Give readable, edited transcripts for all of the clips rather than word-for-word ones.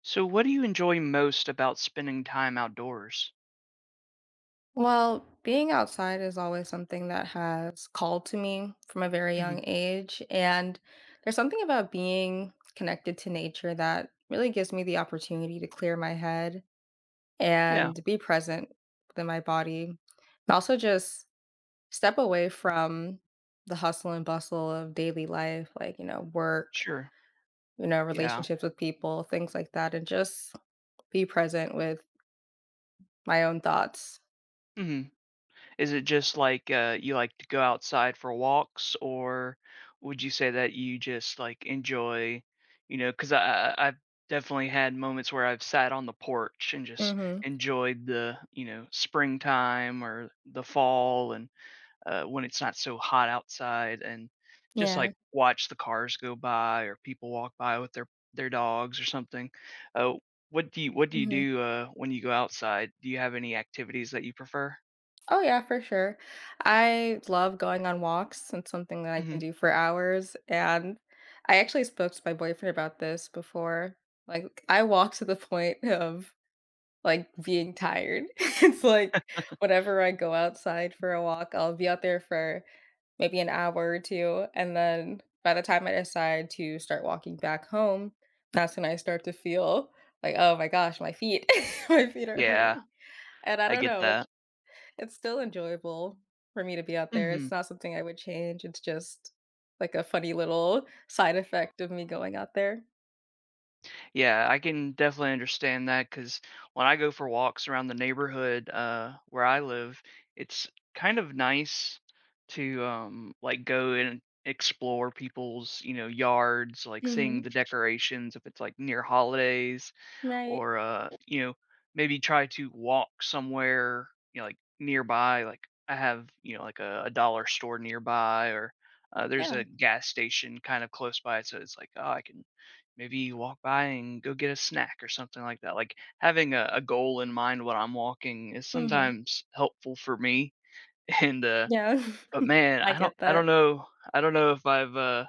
So, what do you enjoy most about spending time outdoors? Well, being outside is always something that has called to me from a very young Mhm. age. And there's something about being connected to nature that really gives me the opportunity to clear my head Yeah, and be present within my body. And also just step away from the hustle and bustle of daily life, like, work, sure. Yeah. relationships with people, things like that, and just be present with my own thoughts. Mhm. Is it just you like to go outside for walks, or would you say that you just like enjoy, because I've definitely had moments where I've sat on the porch and just Hmm. enjoyed the springtime or the fall and when it's not so hot outside and just Yeah. like watch the cars go by or people walk by with their dogs or something. Uh, what do you what do you Mm-hmm. do uh, when you go outside? Do you have any activities that you prefer? Oh yeah, for sure. I love going on walks. It's something that I can Hmm. do for hours. And I actually spoke to my boyfriend about this before. Like I walk to the point of like being tired. It's like whenever I go outside for a walk, I'll be out there for maybe an hour or two. And then by the time I decide to start walking back home, that's when I start to feel like, oh my gosh, my feet, my feet are Yeah, hurting. And I I don't get know, that. it's still enjoyable for me to be out there. It's Mhm. not something I would change. It's just like a funny little side effect of me going out there. Yeah, I can definitely understand that because when I go for walks around the neighborhood where I live, it's kind of nice to like go and explore people's yards, like Mhm. seeing the decorations if it's like near holidays Right. or maybe try to walk somewhere like nearby. Like I have like a dollar store nearby or there's Yeah. a gas station kind of close by, so it's like, oh, I can maybe you walk by and go get a snack or something like that. Like having a goal in mind when I'm walking is Mhm. sometimes helpful for me. And Yeah. but man, I I get don't I that. don't know I don't know if I've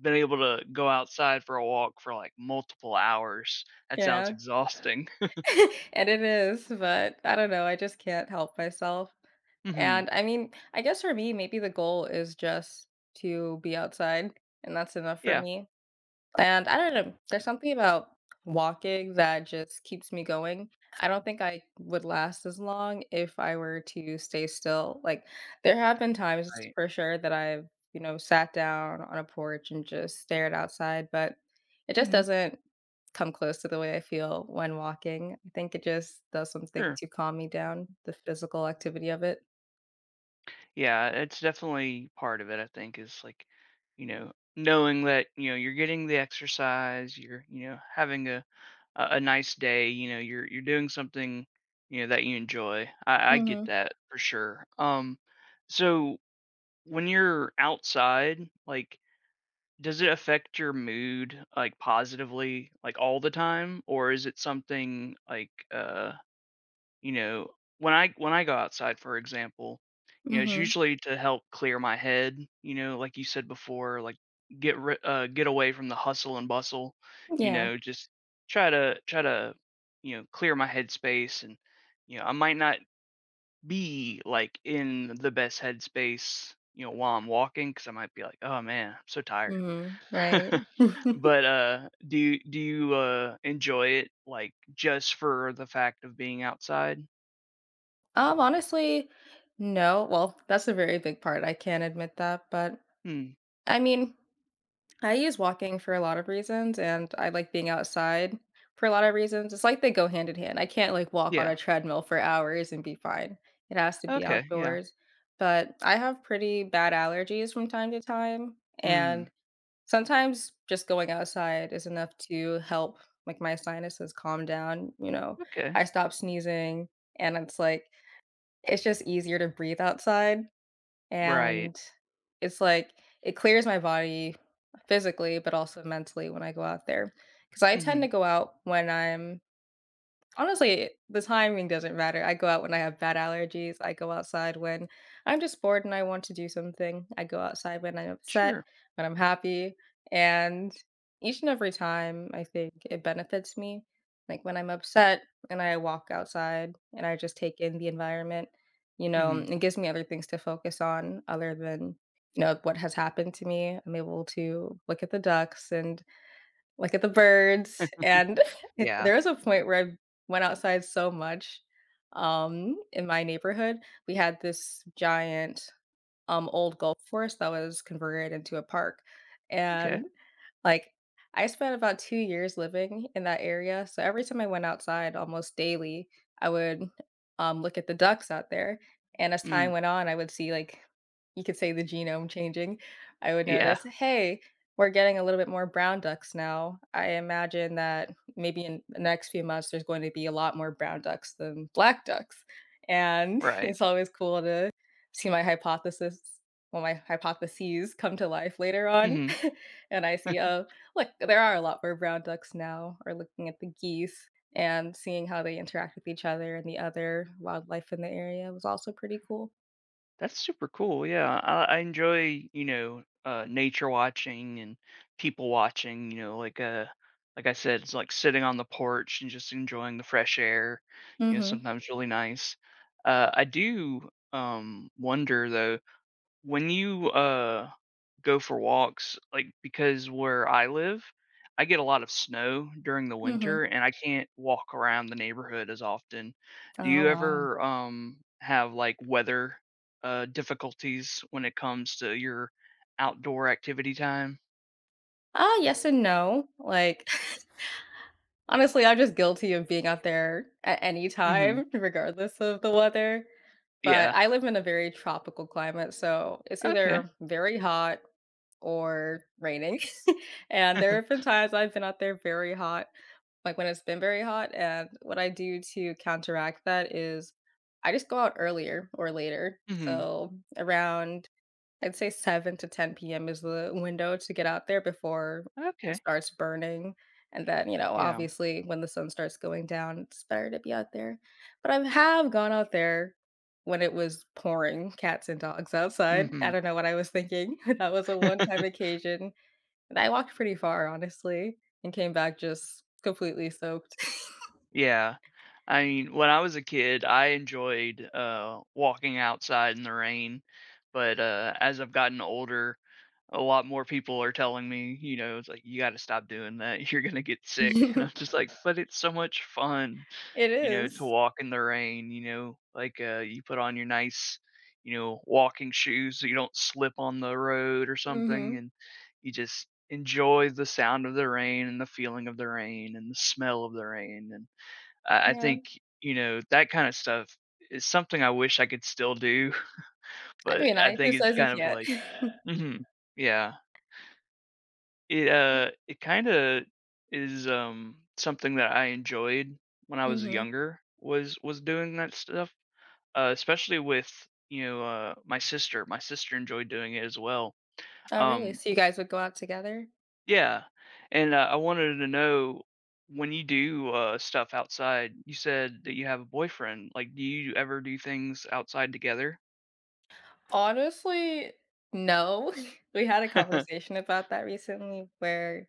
been able to go outside for a walk for like multiple hours. That sounds Yeah. exhausting. And it is, but I don't know, I just can't help myself. Hmm. And I mean, I guess for me, maybe the goal is just to be outside, and that's enough for Yeah. me. And I don't know, there's something about walking that just keeps me going. I don't think I would last as long if I were to stay still. Like there have been times Right. for sure that I've sat down on a porch and just stared outside, but it just Hmm. doesn't come close to the way I feel when walking. I think it just does something Sure. to calm me down, the physical activity of it. Yeah, it's definitely part of it. I think is like, knowing that you're getting the exercise, you're having a nice day. You know, you're doing something that you enjoy. I get Mhm. that for sure. So when you're outside, like, does it affect your mood like positively, like all the time, or is it something like you know, when I go outside, for example, you know, it's Mhm. usually to help clear my head, you know, like you said before, like get away from the hustle and bustle, you Yeah. know, just try to you know, clear my headspace and you know, I might not be like in the best headspace, you know, while I'm walking cuz I might be like, "Oh man, I'm so tired." Mhm. Right. But do you enjoy it like just for the fact of being outside? Honestly, no. Well, that's a very big part. I can admit that. But Hmm. I mean, I use walking for a lot of reasons and I like being outside for a lot of reasons. It's like they go hand in hand. I can't like walk on a Yeah. treadmill for hours and be fine. It has to be Okay, yeah. outdoors. But I have pretty bad allergies from time to time. And Mm. sometimes just going outside is enough to help like my sinuses calm down. You know, Okay. I stop sneezing and it's like, it's just easier to breathe outside, Right. and it's like it clears my body physically, but also mentally when I go out there, because I tend to Mhm. go out when I'm honestly, the timing doesn't matter. I go out when I have bad allergies. I go outside when I'm just bored and I want to do something. I go outside when I'm upset, Sure. when I'm happy. And each and every time, I think it benefits me. Like when I'm upset and I walk outside and I just take in the environment, you know, Mhm. it gives me other things to focus on other than, you know, what has happened to me. I'm able to look at the ducks and look at the birds, and it Yeah. there was a point where I went outside so much, in my neighborhood. We had this giant, old golf course that was converted into a park. Okay. And like, I spent about 2 years living in that area, so every time I went outside almost daily, I would, look at the ducks out there, and as Mm. time went on, I would see, like you could say the genome changing. I would Yeah. notice, "Hey, we're getting a little bit more brown ducks now." I imagine that maybe in the next few months, there's going to be a lot more brown ducks than black ducks, and Right. it's always cool to see my hypotheses come to life later on. Mhm. And I see, oh, look, there are a lot more brown ducks now, or looking at the geese and seeing how they interact with each other and the other wildlife in the area was also pretty cool. That's super cool, yeah. I enjoy, you know, nature watching and people watching, you know, like, uh, like I said, it's like sitting on the porch and just enjoying the fresh air, you know, Mhm, sometimes really nice. I do, wonder though, when you, go for walks, like, because where I live, I get a lot of snow during the mhm. winter, and I can't walk around the neighborhood as often. Do Oh, you wow. ever, have, like, weather, difficulties when it comes to your outdoor activity time? Ah, yes and no. Like, honestly, I'm just guilty of being out there at any Mhm. time, regardless of the weather. But Yeah. I live in a very tropical climate, so it's Okay. either very hot or raining. And there have been times I've been out there very hot like when it's been very hot. And what I do to counteract that is I just go out earlier or later. Mhm. So around, I'd say 7 to 10 p.m. is the window to get out there before it Okay. starts burning. And then, you know, Yeah. obviously when the sun starts going down, it's better to be out there. But I have gone out there when it was pouring cats and dogs outside. I Mhm. don't know what I was thinking. That was a one time occasion and I walked pretty far, honestly, and came back just completely soaked. Yeah. I mean, when I was a kid, I enjoyed walking outside in the rain, but as I've gotten older, a lot more people are telling me, you know, it's like you got to stop doing that. You're going to get sick. And I'm just like, but it's so much fun, It you know, to is. walk in the rain, you know, like you put on your nice, you know, walking shoes so you don't slip on the road or something, Mhm. and you just enjoy the sound of the rain and the feeling of the rain and the smell of the rain. I Yeah. think you know that kind of stuff is something I wish I could still do, I mean, but I I who think it's says you kind of can't? like, hmm, yeah, it it kind of is something that I enjoyed when I was Mhm. younger was doing that stuff, especially with my sister. My sister enjoyed doing it as well. Oh, really? Um, So you guys would go out together? Yeah, and, I wanted to know when you do, stuff outside, you said that you have a boyfriend, like, do you ever do things outside together? Honestly, no. We had a conversation about that recently where,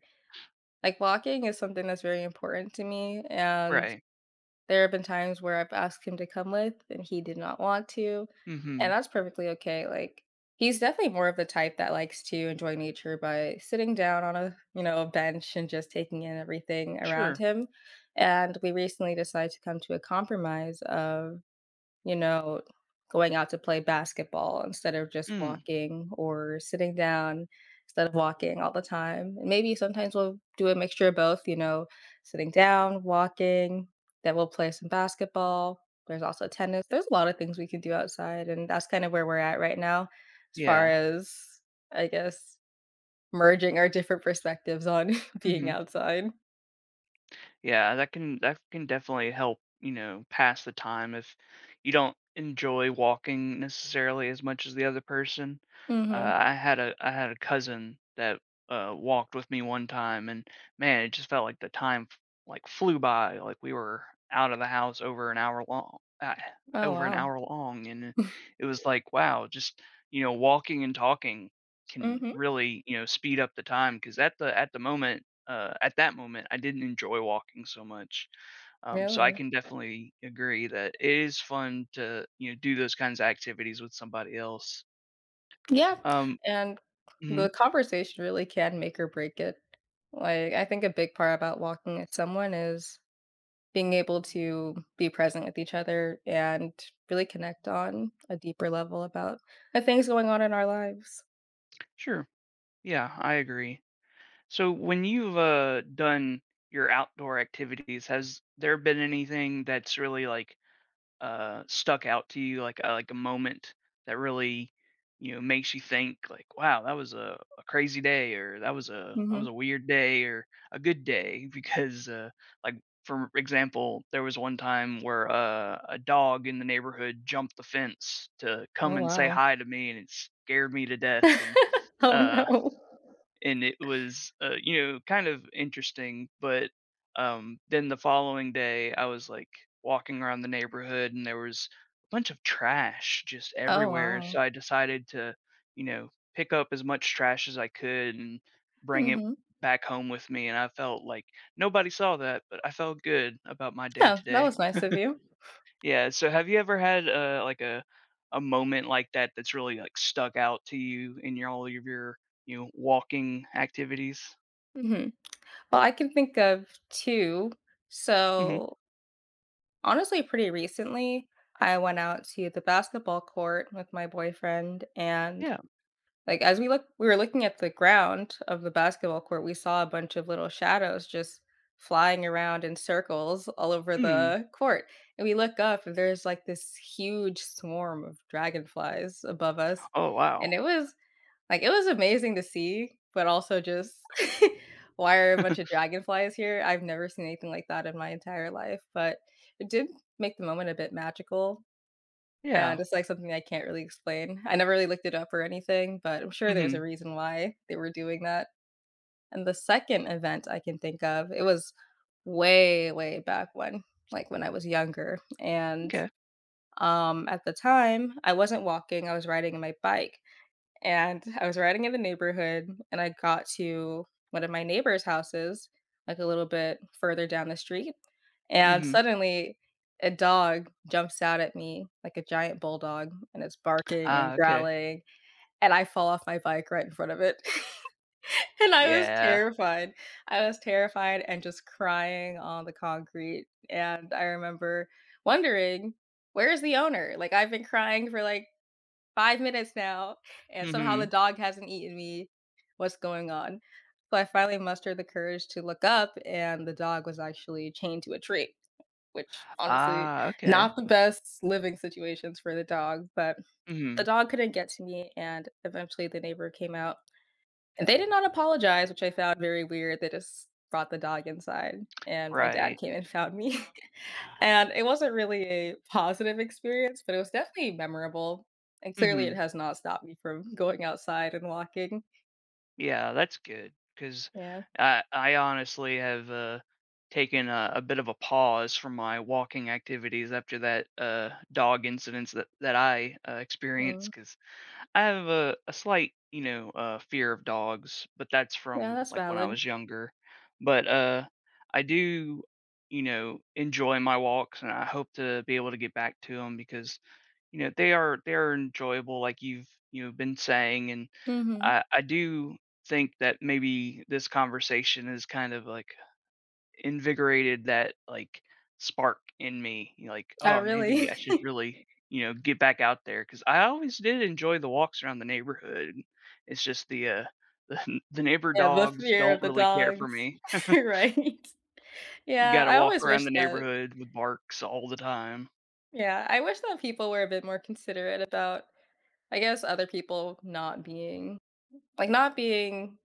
like, walking is something that's very important to me, and Right. there have been times where I've asked him to come with, and he did not want to, and Mhm. that's perfectly okay. Like, he's definitely more of the type that likes to enjoy nature by sitting down on a, you know, a bench and just taking in everything around Sure. him, and we recently decided to come to a compromise of, you know, going out to play basketball instead of just Mm. walking or sitting down instead of walking all the time. And maybe sometimes we'll do a mixture of both, you know, sitting down, walking, then we'll play some basketball. There's also tennis. There's a lot of things we can do outside, and that's kind of where we're at right now as far Yeah. as I guess merging our different perspectives on being Mhm. outside. Yeah, that can definitely help, you know, pass the time if you don't enjoy walking necessarily as much as the other person. Mhm. I had a cousin that walked with me one time, and man, it just felt like like flew by. Like we were out of the house over an hour long, Oh, wow. And it was like, wow, just you know, walking and talking can Mhm. really you know speed up the time because at the moment at that moment, I didn't enjoy walking so much. So I Really? can definitely agree that it is fun to you know do those kinds of activities with somebody else. Yeah, Um, and mhm, the conversation really can make or break it. Like, I think a big part about walking with someone is being able to be present with each other and really connect on a deeper level about the things going on in our lives. sure, yeah, I agree. So when you've done your outdoor activities, has there been anything that's really like stuck out to you, like like a moment that really, you know, makes you think like, wow, that was a crazy day, or that was Mhm. A weird day, or a good day, because like for example, there was one time where a dog in the neighborhood jumped the fence to come Oh, and say wow. hi to me, and it scared me to death, and Oh, uh, no. It was, you know, kind of interesting. But then the following day, I was like walking around the neighborhood, and there was a bunch of trash just Oh, everywhere. wow. So I decided to, you know, pick up as much trash as I could and bring it Mhm. back home with me. And I felt like nobody saw that, but I felt good about my day Yeah, that today. was nice of you. Yeah. So have you ever had like a moment like that that's really like stuck out to you in your all of your you know walking activities? Mhm. Well, I can think of 2. Mhm. So honestly, pretty recently, I went out to the basketball court with my boyfriend, and Yeah. like as we look we were looking at the ground of the basketball court, we saw a bunch of little shadows just flying around in circles all over Mm. the court. And we look up and there's like this huge swarm of dragonflies above us. Oh, And wow. it was like, it was amazing to see, but also just, why are a bunch of dragonflies here? I've never seen anything like that in my entire life, but it did make the moment a bit magical and Yeah. it's, like, something I can't really explain. I never really looked it up or anything, but I'm sure there's a Mhm. reason why they were doing that. And the 2nd event I can think of, it was way, way back when, like, when I was younger, and, Okay. At the time, I wasn't walking, I was riding my bike, and I was riding in the neighborhood and I got to one of my neighbor's houses, like a little bit further down the street. And Mhm. suddenly a dog jumps out at me like a giant bulldog and it's barking and Ah, okay. growling. And I fall off my bike right in front of it. And I was Yeah. terrified. I was terrified and just crying on the concrete. And I remember wondering, where's the owner? Like I've been crying for like 5 minutes now, and somehow the Mhm. dog hasn't eaten me. What's going on? So I finally mustered the courage to look up, and the dog was actually chained to a tree, which honestly, Ah, okay. not the best living situations for the dog, but the Mhm. dog couldn't get to me, and eventually the neighbor came out, and they did not apologize, which I found very weird. They just brought the dog inside, and my dad Right. came and found me. And it wasn't really a positive experience, but it was definitely memorable, and clearly, it Mhm. has not stopped me from going outside and walking. Yeah, that's good 'cause Yeah. I honestly have, taken a bit of a pause from my walking activities after that, dog incidents that I, Mm. experienced 'cause I have a slight, you know, fear of dogs, but that's Yeah, from that's like when I valid. was younger. But I do, you know, enjoy my walks, and I hope to be able to get back to them because you know they are enjoyable, like you've you know been saying, and Mhm. I do think that maybe this conversation is kind of like invigorated that like spark in me, you know, like, I "Oh, maybe I really. should really, you know, get back out there because I always did enjoy the walks around the neighborhood. It's just the, the neighbor Yeah, the dogs fear of don't the really care for dogs. me. Right. You Yeah, gotta I walk always around wish the that. neighborhood with barks all the time. Yeah, I wish that people were a bit more considerate about, I guess, other people not being, like, not being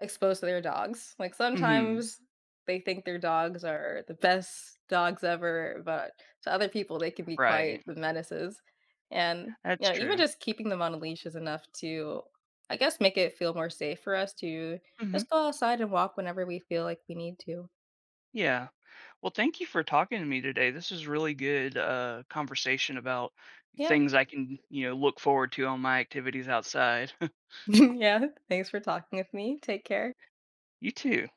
exposed to their dogs. Like Mhm. sometimes they think their dogs are the best dogs ever, but to other people they can be quite Right. the menaces. And you That's know, even true. just keeping them on a leash is enough to, I guess, make it feel more safe for us to Mhm. just go outside and walk whenever we feel like we need to. Yeah. Well, thank you for talking to me today. This is really good, conversation about Yeah. things I can, you know, look forward to on my activities outside. Yeah. Thanks for talking with me. Take care. You too.